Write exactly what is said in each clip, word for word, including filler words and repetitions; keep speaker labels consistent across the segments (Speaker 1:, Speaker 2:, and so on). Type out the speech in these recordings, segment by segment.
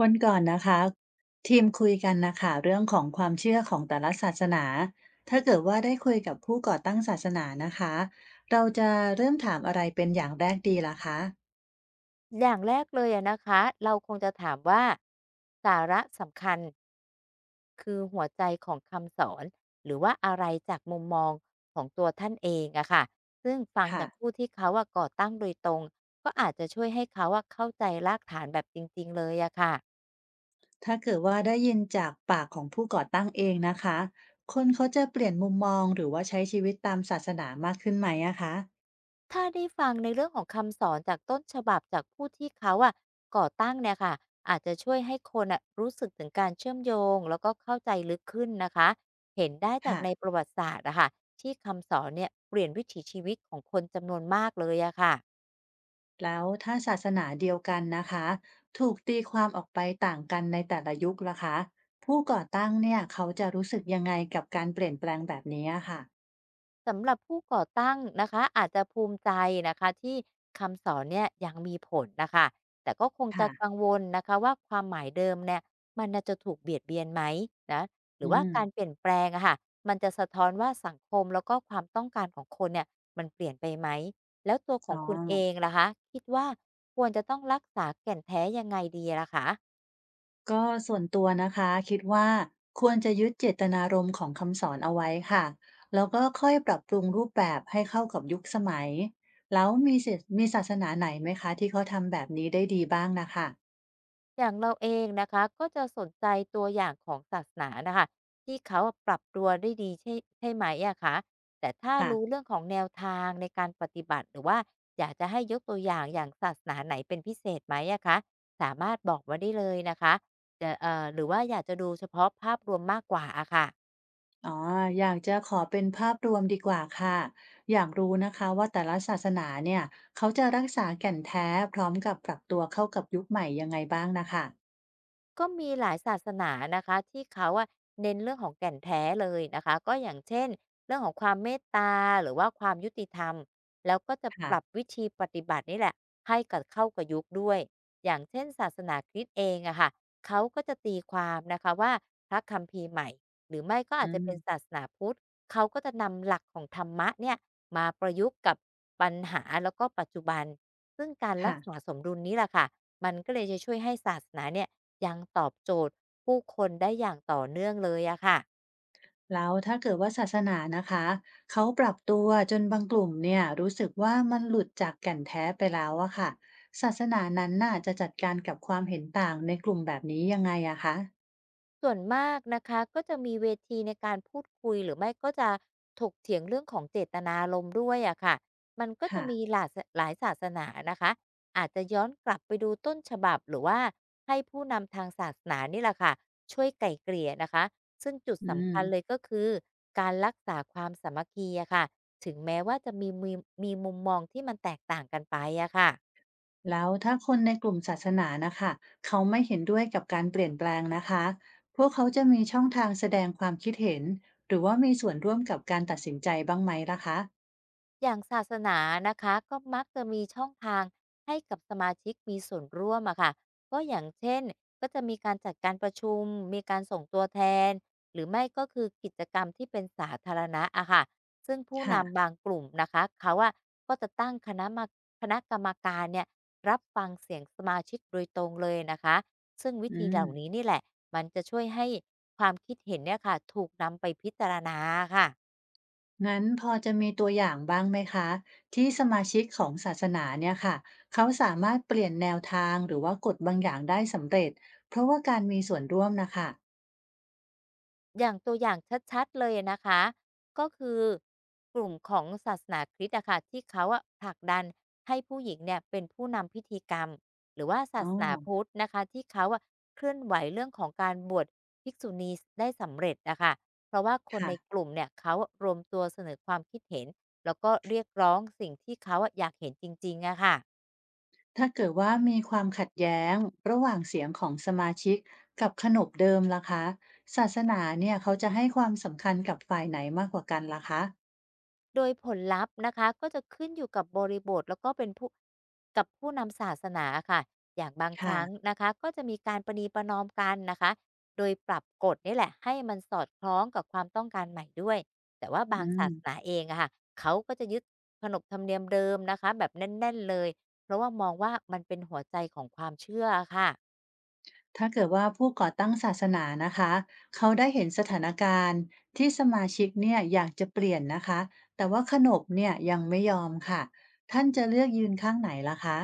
Speaker 1: วันก่อนนะคะทีมคุยกันนะคะเรื่องของความเชื่อของแต่ละศาสนาถ้าเกิดว่าได้คุยกับผู้ก่อตั้งศาสนานะคะเราจะเริ่มถามอะไรเป็นอย่างแรกดีล่ะคะ
Speaker 2: อย่างแรกเลยอะนะคะ เราคงจะถามว่าสาระสำคัญคือหัวใจของคำสอนหรือว่าอะไรจากมุมมองของตัวท่านเองอะค่ะ ซึ่งฟัง
Speaker 1: ค่ะ
Speaker 2: จากผู้ที่เขาอะก่อตั้งโดยตรงก็อาจจะช่วยให้เขาอะเข้าใจรากฐานแบบจริงๆเลยอะค่ะ
Speaker 1: ถ้าเกิดว่าได้ยินจากปากของผู้ก่อตั้งเองนะคะคนเขาจะเปลี่ยนมุมมองหรือว่าใช้ชีวิตตามศาสนามากขึ้นไหมอะคะ
Speaker 2: ถ้าได้ฟังในเรื่องของคำสอนจากต้นฉบับจากผู้ที่เขาอะก่อตั้งเนี่ยค่ะอาจจะช่วยให้คนอ่ะรู้สึกถึงการเชื่อมโยงแล้วก็เข้าใจลึกขึ้นนะคะเห็นได้จาก
Speaker 1: ค่ะ
Speaker 2: ในประวัติศาสตร์อะค่ะที่คำสอนเนี่ยเปลี่ยนวิถีชีวิตของคนจำนวนมากเลยอะค่ะ
Speaker 1: แล้วถ้าศาสนาเดียวกันนะคะถูกตีความออกไปต่างกันในแต่ละยุคล่ะคะผู้ก่อตั้งเนี่ยเขาจะรู้สึกยังไงกับการเปลี่ยนแปลงแบบนี้อะค่ะ
Speaker 2: สำหรับผู้ก่อตั้งนะคะอาจจะภูมิใจนะคะที่คำสอนเนี่ยยังมีผลนะคะแต่ก็คงจะ
Speaker 1: ค่ะ
Speaker 2: กังวลนะคะว่าความหมายเดิมเนี่ยมันน่ะจะถูกเบียดเบียนไหมนะหรื
Speaker 1: อื
Speaker 2: อว่า
Speaker 1: ม
Speaker 2: การเปลี่ยนแปลงอะค่ะมันจะสะท้อนว่าสังคมแล้วก็ความต้องการของคนเนี่ยมันเปลี่ยนไปไหมแล้วตัวขอ
Speaker 1: อ๋
Speaker 2: ง
Speaker 1: อ
Speaker 2: คุณเองล่ะคะคิดว่าควรจะต้องรักษาแก่นแท้ยังไงดีล่ะคะ
Speaker 1: ก็ส่วนตัวนะคะคิดว่าควรจะยึดเจตนารมณ์ของคำสอนเอาไว้ค่ะแล้วก็ค่อยปรับปรุงรูปแบบให้เข้ากับยุคสมัยแล้วมีศิมีศาสนาไหนไหมคะที่เขาทำแบบนี้ได้ดีบ้างนะคะ
Speaker 2: อย่างเราเองนะคะก็จะสนใจตัวอย่างของศาสนานะคะที่เขาอปรับตัวได้ดีใช่ใช่ไหมอะคะแต่ถ้า
Speaker 1: ค่ะ
Speaker 2: รู้เรื่องของแนวทางในการปฏิบัติหรือว่าอยากจะให้ยกตัวอย่างอย่างศาสนาไหนเป็นพิเศษไหมอะคะสามารถบอกมาได้เลยนะคะจะเอ่อหรือว่าอยากจะดูเฉพาะภาพรวมมากกว่าอะค่ะ
Speaker 1: อ๋ออยากจะขอเป็นภาพรวมดีกว่าค่ะอยากรู้นะคะว่าแต่ละศาสนาเนี่ยเขาจะรักษาแก่นแท้พร้อมกับปรับตัวเข้ากับยุคใหม่ยังไงบ้างนะคะ
Speaker 2: ก็มีหลายศาสนานะคะที่เขาอะเน้นเรื่องของแก่นแท้เลยนะคะก็อย่างเช่นเรื่องของความเมตตาหรือว่าความยุติธรรมแล้วก็จะป
Speaker 1: ค่ะ
Speaker 2: รับวิธีปฏิบัตินี่แหละให้กับเข้ากับยุคด้วยอย่างเช่นศาสนาคริสต์เองอะค่ะเขาก็จะตีความนะคะว่าพระคัมภีร์ใหม่หรือไม่ก็อาจ
Speaker 1: อื
Speaker 2: จะเป็นศา
Speaker 1: ม
Speaker 2: สนาพุทธเขาก็จะนำหลักของธรรมะเนี่ยมาประยุกต์กับปัญหาแล้วก็ปัจจุบันซึ่งการรั
Speaker 1: ค่ะ
Speaker 2: กษาสมดุลนี้แหละค่ะมันก็เลยจะช่วยให้ศาสนาเนี่ย ยังตอบโจทย์ผู้คนได้อย่างต่อเนื่องเลยอะค่ะ
Speaker 1: แล้วถ้าเกิดว่าศาสนานะคะเขาปรับตัวจนบางกลุ่มเนี่ยรู้สึกว่ามันหลุดจากแก่นแท้ไปแล้วอะค่ะศาสนานั้นน่ะจะจัดการกับความเห็นต่างในกลุ่มแบบนี้ยังไงอะคะ
Speaker 2: ส่วนมากนะคะก็จะมีเวทีในการพูดคุยหรือไม่ก็จะถกเถียงเรื่องของเจตนารมณ์ด้วยอะค่ะมันก็จะ
Speaker 1: ค่ะ
Speaker 2: มีหลายหลายศาสนานะคะ อาจจะย้อนกลับไปดูต้นฉบับหรือว่าให้ผู้นำทางศาสนานี่แหละค่ะช่วยไก่เกลี่ยนะคะซึ่งจุด
Speaker 1: อื
Speaker 2: สำคัญเลย
Speaker 1: ม
Speaker 2: ก็คือการรักษาความสามัคคีอะค่ะถึงแม้ว่าจะมีมีมีมุมมองที่มันแตกต่างกันไปอะค่ะ
Speaker 1: แล้วถ้าคนในกลุ่มศาสนานะคะเขาไม่เห็นด้วยกับการเปลี่ยนแปลงนะคะพวกเขาจะมีช่องทางแสดงความคิดเห็นหรือว่ามีส่วนร่วมกับการตัดสินใจบ้างไหมล่ะคะ
Speaker 2: อย่างศาสนานะคะก็มักจะมีช่องทางให้กับสมาชิกมีส่วนร่วมอะค่ะก็อย่างเช่นก็จะมีการจัดการประชุมมีการส่งตัวแทนหรือไม่ก็คือกิจกรรมที่เป็นสาธารณะอะค่ะซึ่งผู้
Speaker 1: ค่ะ
Speaker 2: นำบางกลุ่มนะคะเขาอะก็จะตั้งคณะมาคณะกรรมการเนี่ยรับฟังเสียงสมาชิกโดยตรงเลยนะคะซึ่งวิ
Speaker 1: อื
Speaker 2: ธีเห
Speaker 1: ม
Speaker 2: ล่านี้นี่แหละมันจะช่วยให้ความคิดเห็นเนี่ยค่ะถูกนำไปพิจารณาค่ะ
Speaker 1: งั้นพอจะมีตัวอย่างบ้างไหมคะที่สมาชิกของศาสนาเนี่ยค่ะเขาสามารถเปลี่ยนแนวทางหรือว่ากฎบางอย่างได้สำเร็จเพราะว่าการมีส่วนร่วมนะคะ
Speaker 2: อย่างตัวอย่างชัดๆเลยนะคะก็คือกลุ่มของศาสนาคริสต์อะค่ะที่เขาอะผลักดันให้ผู้หญิงเนี่ยเป็นผู้นำพิธีกรรมหรือว่าศา
Speaker 1: อ๋อ
Speaker 2: สนาพุทธนะคะที่เขาอะเคลื่อนไหวเรื่องของการบวชภิกษุณีได้สำเร็จนะคะเพราะว่าคน
Speaker 1: ค่ะ
Speaker 2: ในกลุ่มเนี่ยเขารวมตัวเสนอความคิดเห็นแล้วก็เรียกร้องสิ่งที่เขาอะอยากเห็นจริงๆอะค่ะ
Speaker 1: ถ้าเกิดว่ามีความขัดแย้งระหว่างเสียงของสมาชิกกับขนบเดิมล่ะคะศาสนาเนี่ยเขาจะให้ความสำคัญกับฝ่ายไหนมากกว่ากันล่ะคะ
Speaker 2: โดยผลลัพธ์นะคะก็จะขึ้นอยู่กับบริบทแล้วก็เป็นผู้กับผู้นำศาสนาอค่ะอย่างบางค
Speaker 1: ค่ะ
Speaker 2: รั้งนะคะก็จะมีการประนีประนอมกันนะคะโดยปรับกฎนี่แหละให้มันสอดคล้องกับความต้องการใหม่ด้วยแต่ว่าบาง
Speaker 1: อื
Speaker 2: ศา
Speaker 1: ม
Speaker 2: สนาเองอะค่ะเขาก็จะยึดขนบธรรมเนียมเดิมนะคะแบบแน่นๆเลยเพราะว่ามองว่ามันเป็นหัวใจของความเชื่อค่ะ
Speaker 1: ถ้าเกิดว่าผู้ก่อตั้งศาสนานะคะเขาได้เห็นสถานการณ์ที่สมาชิกเนี่ยอยากจะเปลี่ยนนะคะแต่ว่าขนบเนี่ยยังไม่ยอมค่ะท่านจะเลือกยืนข้างไหนล่ะคะ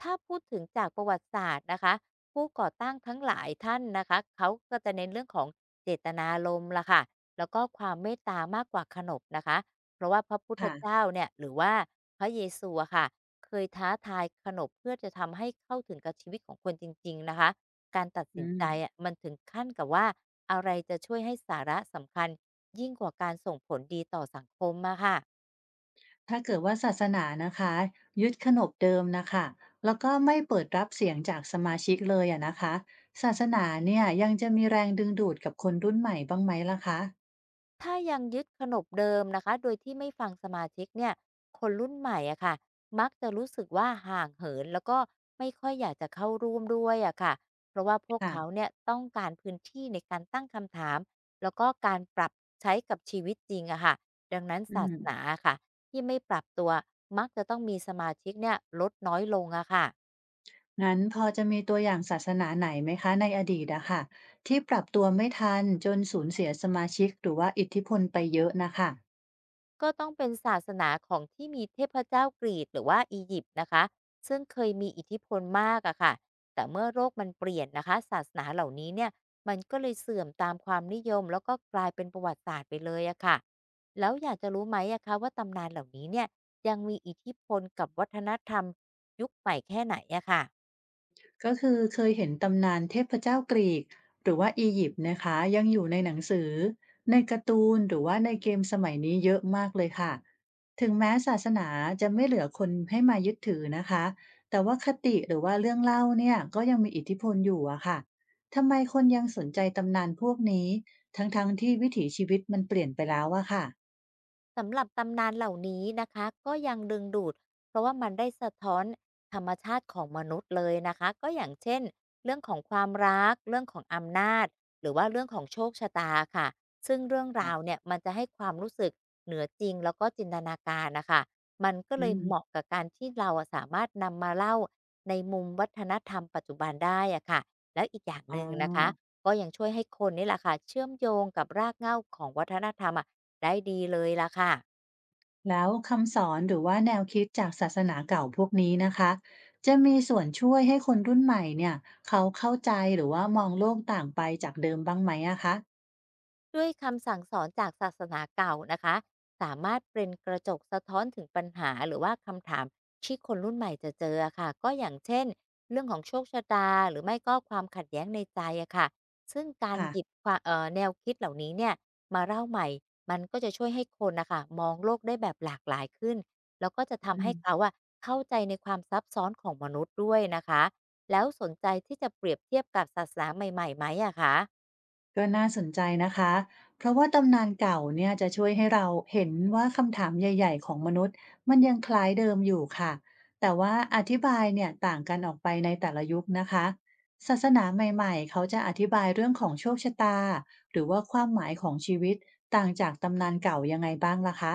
Speaker 2: ถ้าพูดถึงจากประวัติศาสตร์นะคะผู้ก่อตั้งทั้งหลายท่านนะคะเขาก็จะเน้นเรื่องของเจตนารมณ์ล่ะค่ะแล้วก็ความเมตตามากกว่าขนบนะคะเพราะว่าพระพุทธ
Speaker 1: ค่ะ
Speaker 2: เจ้าเนี่ยหรือว่าพระเยซูอะค่ะเคยท้าทายขนบเพื่อจะทำให้เข้าถึงกับชีวิตของคนจริงๆนะคะการตัดสิน
Speaker 1: อืม
Speaker 2: ใจอะมันถึงขั้นกับว่าอะไรจะช่วยให้สาระสำคัญยิ่งกว่าการส่งผลดีต่อสังคมอะค่ะ
Speaker 1: ถ้าเกิดว่าศาสนานะคะยึดขนบเดิมนะคะแล้วก็ไม่เปิดรับเสียงจากสมาชิกเลยอะนะคะศาสนาเนี่ยยังจะมีแรงดึงดูดกับคนรุ่นใหม่บ้างไหมล่ะคะ
Speaker 2: ถ้ายังยึดขนบเดิมนะคะโดยที่ไม่ฟังสมาชิกเนี่ยคนรุ่นใหม่อะค่ะมักจะรู้สึกว่าห่างเหินแล้วก็ไม่ค่อยอยากจะเข้าร่วมด้วยอะค่ะเพราะว่าพวกเขา
Speaker 1: ค่ะ
Speaker 2: เนี่ยต้องการพื้นที่ในการตั้งคำถามแล้วก็การปรับใช้กับชีวิตจริงอะค่ะดังนั้น
Speaker 1: อื
Speaker 2: ศา
Speaker 1: ม
Speaker 2: สนาอะค่ะที่ไม่ปรับตัวมักจะต้องมีสมาชิกเนี่ยลดน้อยลงอะค่ะ
Speaker 1: งั้นพอจะมีตัวอย่างศาสนาไหนไหมคะในอดีตอะค่ะที่ปรับตัวไม่ทันจนสูญเสียสมาชิกหรือว่าอิทธิพลไปเยอะนะคะ
Speaker 2: ก็ต้องเป็นศาสนาของที่มีเทพเจ้ากรีกหรือว่าอียิปต์นะคะซึ่งเคยมีอิทธิพลมากอะค่ะแต่เมื่อโลกมันเปลี่ยนนะคะศาสนาเหล่านี้เนี่ยมันก็เลยเสื่อมตามความนิยมแล้วก็กลายเป็นประวัติศาสตร์ไปเลยอะค่ะแล้วอยากจะรู้ไหมอะคะว่าตำนานเหล่านี้เนี่ยยังมีอิทธิพลกับวัฒนธรรมยุคใหม่แค่ไหนอะค่ะ
Speaker 1: ก็คือเคยเห็นตำนานเทพเจ้ากรีกหรือว่าอียิปต์นะคะยังอยู่ในหนังสือในการ์ตูนหรือว่าในเกมสมัยนี้เยอะมากเลยค่ะถึงแม้ศาสนาจะไม่เหลือคนให้มายึดถือนะคะแต่ว่าคติหรือว่าเรื่องเล่าเนี่ยก็ยังมีอิทธิพลอยู่อะค่ะทำไมคนยังสนใจตำนานพวกนี้ทั้งๆที่วิถีชีวิตมันเปลี่ยนไปแล้วอะค่ะ
Speaker 2: สำหรับตำนานเหล่านี้นะคะก็ยังดึงดูดเพราะว่ามันได้สะท้อนธรรมชาติของมนุษย์เลยนะคะก็อย่างเช่นเรื่องของความรักเรื่องของอำนาจหรือว่าเรื่องของโชคชะตาค่ะซึ่งเรื่อง
Speaker 1: อ่ะ
Speaker 2: ราวเนี่ยมันจะให้ความรู้สึกเหนือจริงแล้วก็จินตนาการนะคะมันก็เล
Speaker 1: อื
Speaker 2: ย
Speaker 1: ม
Speaker 2: เหมาะกับการที่เราอะสามารถนำมาเล่าในมุมวัฒนธรรมปัจจุบันได้อะค่ะแล้วอีกอย่างห
Speaker 1: อ๋อ
Speaker 2: นึ่งนะคะก็ยังช่วยให้คนนี่แหละค่ะเชื่อมโยงกับรากเหง้าของวัฒนธรรมอะ ได้ดีเลยล่ะค่ะ
Speaker 1: แล้วคำสอนหรือว่าแนวคิดจากศาสนาเก่าพวกนี้นะคะจะมีส่วนช่วยให้คนรุ่นใหม่เนี่ยเขาเข้าใจหรือว่ามองโลกต่างไปจากเดิมบ้างไหมอะคะ
Speaker 2: ด้วยคำสั่งสอนจากศาสนาเก่านะคะ สามารถเป็นกระจกสะท้อนถึงปัญหาหรือว่าคำถามที่คนรุ่นใหม่จะเจออะค่ะก็อย่างเช่นเรื่องของโชคชะตาหรือไม่ก็ความขัดแย้งในใจอะค่ะซึ่งการ
Speaker 1: ค่ะ
Speaker 2: หยิบความเอ่อแนวคิดเหล่านี้เนี่ยมาเล่าใหม่ มันก็จะช่วยให้คนนะคะมองโลกได้แบบหลากหลายขึ้น แล้วก็จะ
Speaker 1: อื
Speaker 2: ทำให้เขา
Speaker 1: ม
Speaker 2: อะเข้าใจในความซับซ้อนของมนุษย์ด้วยนะคะแล้วสนใจที่จะเปรียบเทียบกับศาสนาใหม่ๆไหมอะคะ
Speaker 1: ก็น่าสนใจนะคะเพราะว่าตำนานเก่าเนี่ยจะช่วยให้เราเห็นว่าคำถามใหญ่ๆของมนุษย์มันยังคล้ายเดิมอยู่ค่ะแต่ว่าอธิบายเนี่ยต่างกันออกไปในแต่ละยุคนะคะศาสนาใหม่ๆเขาจะอธิบายเรื่องของโชคชะตาหรือว่าความหมายของชีวิตต่างจากตำนานเก่ายังไงบ้างล่ะคะ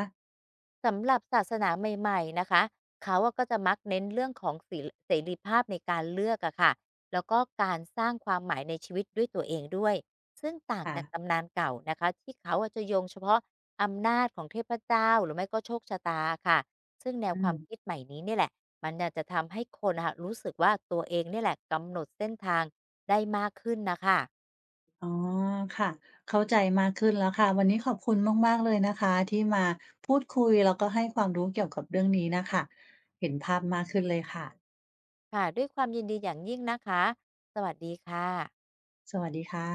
Speaker 2: สำหรับศาสนาใหม่ๆนะคะเขาอะก็จะมักเน้นเรื่องของศลเสรีภาพในการเลือกอะค่ะแล้วก็การสร้างความหมายในชีวิตด้วยตัวเองด้วยซึ่งต่าง
Speaker 1: ค่ะ
Speaker 2: จากตำนานเก่านะคะที่เขาอะจะโยงเฉพาะอำนาจของเทพเจ้าหรือไม่ก็โชคชะตาค่ะซึ่งแนว
Speaker 1: อื
Speaker 2: ควา
Speaker 1: ม
Speaker 2: มคิดใหม่นี้เนี่ยแหละมันน่ะจะทำให้คนนะคะรู้สึกว่าตัวเองเนี่ยแหละกำหนดเส้นทางได้มากขึ้นนะคะ
Speaker 1: อ๋อค่ะเข้าใจมากขึ้นแล้วค่ะวันนี้ขอบคุณมากๆเลยนะคะที่มาพูดคุยแล้วก็ให้ความรู้เกี่ยวกับเรื่องนี้นะคะเห็นภาพมากขึ้นเลยค่ะ
Speaker 2: ค่ะด้วยความยินดีอย่างยิ่งนะคะสวัสดีค่ะ
Speaker 1: สวัสดีค่ะ